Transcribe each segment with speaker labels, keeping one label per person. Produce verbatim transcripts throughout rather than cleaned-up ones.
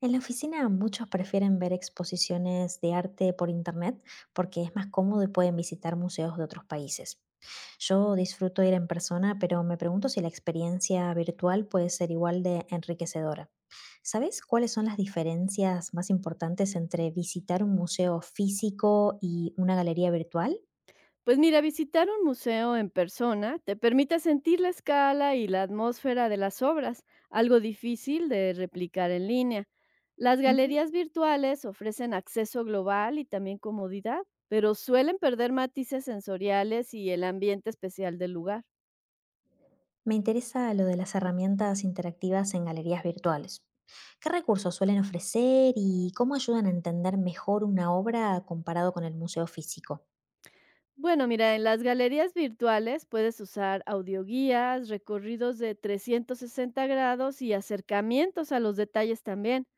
Speaker 1: En la oficina muchos prefieren ver exposiciones de arte por internet porque es más cómodo y pueden visitar museos de otros países. Yo disfruto ir en persona, pero me pregunto si la experiencia virtual puede ser igual de enriquecedora. ¿Sabes cuáles son las diferencias más importantes entre visitar un museo físico y una galería virtual?
Speaker 2: Pues mira, visitar un museo en persona te permite sentir la escala y la atmósfera de las obras, algo difícil de replicar en línea. Las
Speaker 1: Ujú.
Speaker 2: galerías virtuales ofrecen acceso global y también comodidad, pero suelen perder matices sensoriales y el ambiente especial del lugar.
Speaker 1: Me interesa lo de las herramientas interactivas en galerías virtuales. ¿Qué recursos suelen ofrecer y cómo ayudan a entender mejor una obra comparado con el museo físico?
Speaker 2: Bueno, mira, en las galerías virtuales puedes usar audioguías, recorridos de trescientos sesenta grados y acercamientos a los detalles también.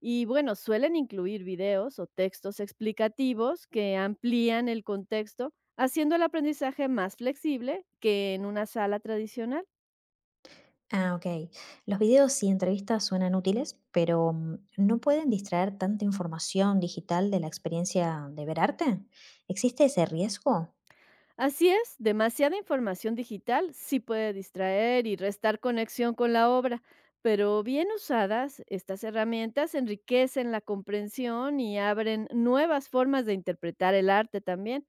Speaker 2: Y bueno, suelen incluir videos o textos explicativos que amplían el contexto, haciendo el aprendizaje más flexible que en una sala tradicional.
Speaker 1: Ah, ok. Los videos y entrevistas suenan útiles, pero mm, ¿no pueden distraer tanta información digital de la experiencia de ver arte? ¿Existe ese riesgo?
Speaker 2: Así es, demasiada información digital sí puede distraer y restar conexión con la obra, pero bien usadas, estas herramientas enriquecen la comprensión y abren nuevas formas de interpretar el arte también.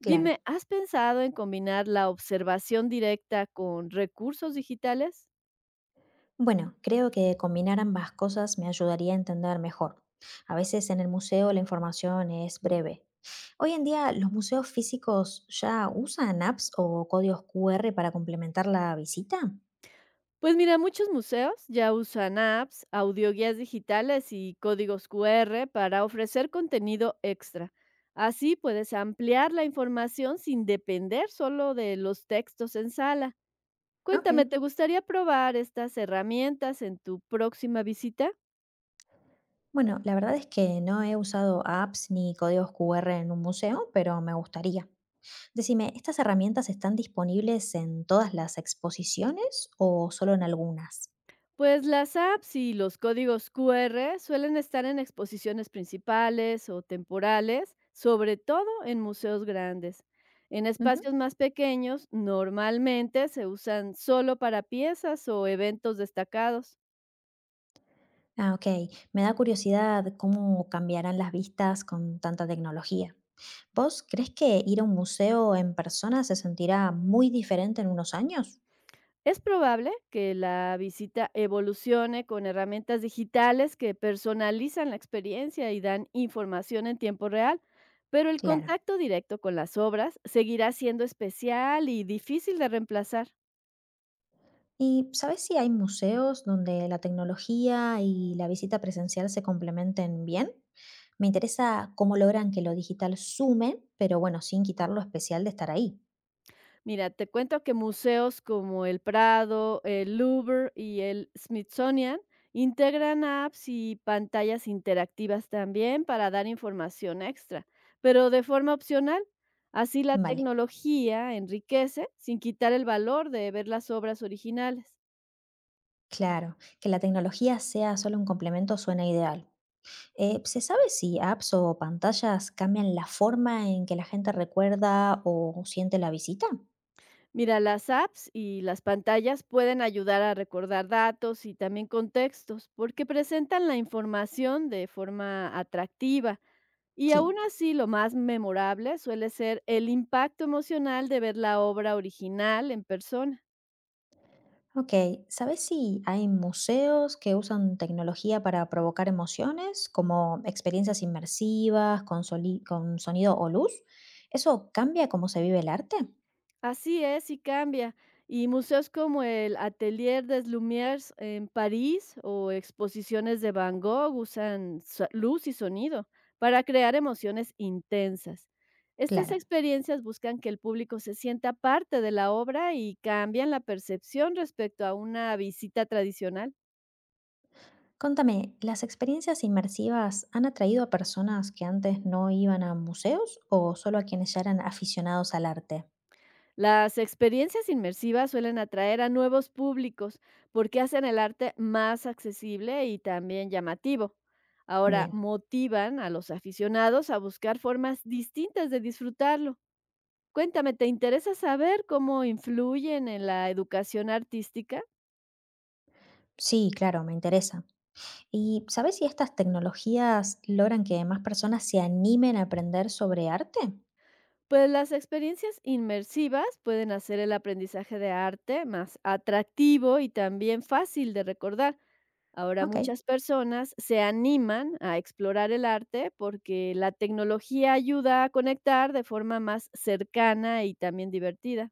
Speaker 1: Claro.
Speaker 2: ¿has pensado en combinar la observación directa con recursos digitales?
Speaker 1: Bueno, creo que combinar ambas cosas me ayudaría a entender mejor. A veces en el museo la información es breve. Hoy en día, ¿los museos físicos ya usan apps o códigos Q R para complementar la visita?
Speaker 2: Pues mira, muchos museos ya usan apps, audioguías digitales y códigos Q R para ofrecer contenido extra. Así puedes ampliar la información sin depender solo de los textos en sala.
Speaker 1: Ok.
Speaker 2: Cuéntame, ¿te gustaría probar estas herramientas en tu próxima visita?
Speaker 1: Bueno, la verdad es que no he usado apps ni códigos Q R en un museo, pero me gustaría. Decime, ¿estas herramientas están disponibles en todas las exposiciones o solo en algunas?
Speaker 2: Pues las apps y los códigos Q R suelen estar en exposiciones principales o temporales, sobre todo en museos grandes. En
Speaker 1: Ujú.
Speaker 2: espacios más pequeños, normalmente se usan solo para piezas o eventos destacados.
Speaker 1: Ah, ok. Me da curiosidad cómo cambiarán las vistas con tanta tecnología. ¿Vos crees que ir a un museo en persona se sentirá muy diferente en unos años?
Speaker 2: Es probable que la visita evolucione con herramientas digitales que personalizan la experiencia y dan información en tiempo real, pero el
Speaker 1: Claro.
Speaker 2: contacto directo con las obras seguirá siendo especial y difícil de reemplazar.
Speaker 1: ¿Y sabes si hay museos donde la tecnología y la visita presencial se complementen bien? Me interesa cómo logran que lo digital sume, pero bueno, sin quitar lo especial de estar ahí.
Speaker 2: Mira, te cuento que museos como el Prado, el Louvre y el Smithsonian integran apps y pantallas interactivas también para dar información extra, pero de forma opcional. Así la
Speaker 1: Vale.
Speaker 2: tecnología enriquece sin quitar el valor de ver las obras originales.
Speaker 1: Claro, que la tecnología sea solo un complemento suena ideal. Eh, ¿se sabe si apps o pantallas cambian la forma en que la gente recuerda o siente la visita?
Speaker 2: Mira, las apps y las pantallas pueden ayudar a recordar datos y también contextos porque presentan la información de forma atractiva. Y
Speaker 1: Sí.
Speaker 2: aún así, lo más memorable suele ser el impacto emocional de ver la obra original en persona.
Speaker 1: Ok, ¿sabes si hay museos que usan tecnología para provocar emociones, como experiencias inmersivas, con, soli- con sonido o luz? ¿Eso cambia cómo se vive el arte?
Speaker 2: Así es, y cambia. Y museos como el Atelier des Lumières en París o exposiciones de Van Gogh usan so- luz y sonido para crear emociones intensas. Estas
Speaker 1: Claro.
Speaker 2: experiencias buscan que el público se sienta parte de la obra y cambian la percepción respecto a una visita tradicional.
Speaker 1: Contame, ¿las experiencias inmersivas han atraído a personas que antes no iban a museos o solo a quienes ya eran aficionados al arte?
Speaker 2: Las experiencias inmersivas suelen atraer a nuevos públicos porque hacen el arte más accesible y también llamativo. Ahora
Speaker 1: Bien.
Speaker 2: motivan a los aficionados a buscar formas distintas de disfrutarlo. Cuéntame, ¿te interesa saber cómo influyen en la educación artística?
Speaker 1: Sí, claro, me interesa. ¿Y sabes si estas tecnologías logran que más personas se animen a aprender sobre arte?
Speaker 2: Pues las experiencias inmersivas pueden hacer el aprendizaje de arte más atractivo y también fácil de recordar. Ahora
Speaker 1: Ok.
Speaker 2: muchas personas se animan a explorar el arte porque la tecnología ayuda a conectar de forma más cercana y también divertida.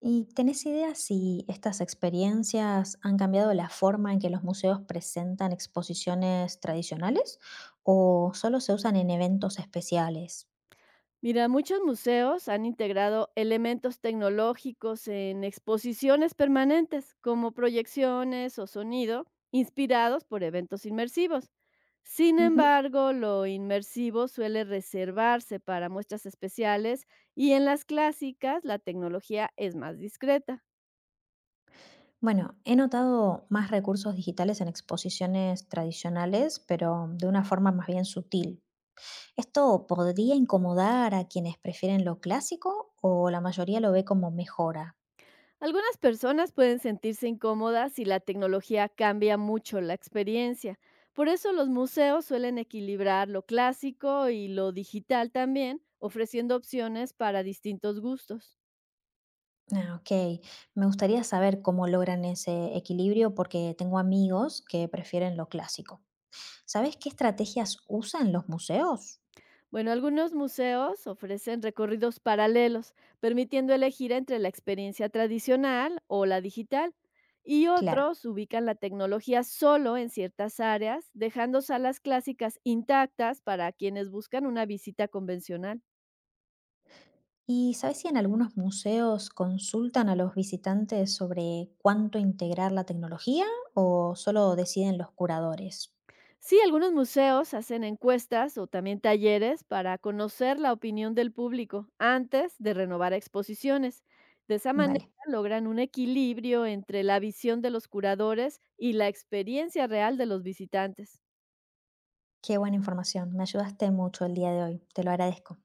Speaker 1: ¿Y tenés idea si estas experiencias han cambiado la forma en que los museos presentan exposiciones tradicionales o solo se usan en eventos especiales?
Speaker 2: Mira, muchos museos han integrado elementos tecnológicos en exposiciones permanentes, como proyecciones o sonido, inspirados por eventos inmersivos. Sin
Speaker 1: Ujú.
Speaker 2: embargo, lo inmersivo suele reservarse para muestras especiales y en las clásicas la tecnología es más discreta.
Speaker 1: Bueno, he notado más recursos digitales en exposiciones tradicionales, pero de una forma más bien sutil. ¿Esto podría incomodar a quienes prefieren lo clásico o la mayoría lo ve como mejora?
Speaker 2: Algunas personas pueden sentirse incómodas si la tecnología cambia mucho la experiencia. Por eso los museos suelen equilibrar lo clásico y lo digital también, ofreciendo opciones para distintos gustos.
Speaker 1: Ah, ok, me gustaría saber cómo logran ese equilibrio porque tengo amigos que prefieren lo clásico. ¿Sabes qué estrategias usan los museos?
Speaker 2: Bueno, algunos museos ofrecen recorridos paralelos, permitiendo elegir entre la experiencia tradicional o la digital, y
Speaker 1: Claro.
Speaker 2: otros ubican la tecnología solo en ciertas áreas, dejando salas clásicas intactas para quienes buscan una visita convencional.
Speaker 1: ¿Y sabes si en algunos museos consultan a los visitantes sobre cuánto integrar la tecnología o solo deciden los curadores?
Speaker 2: Sí, algunos museos hacen encuestas o también talleres para conocer la opinión del público antes de renovar exposiciones. De esa manera
Speaker 1: Vale,
Speaker 2: logran un equilibrio entre la visión de los curadores y la experiencia real de los visitantes.
Speaker 1: qué buena información. Me ayudaste mucho el día de hoy. Te lo agradezco.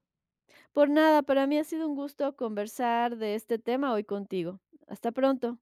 Speaker 2: Por nada, para mí ha sido un gusto conversar de este tema hoy contigo. Hasta pronto.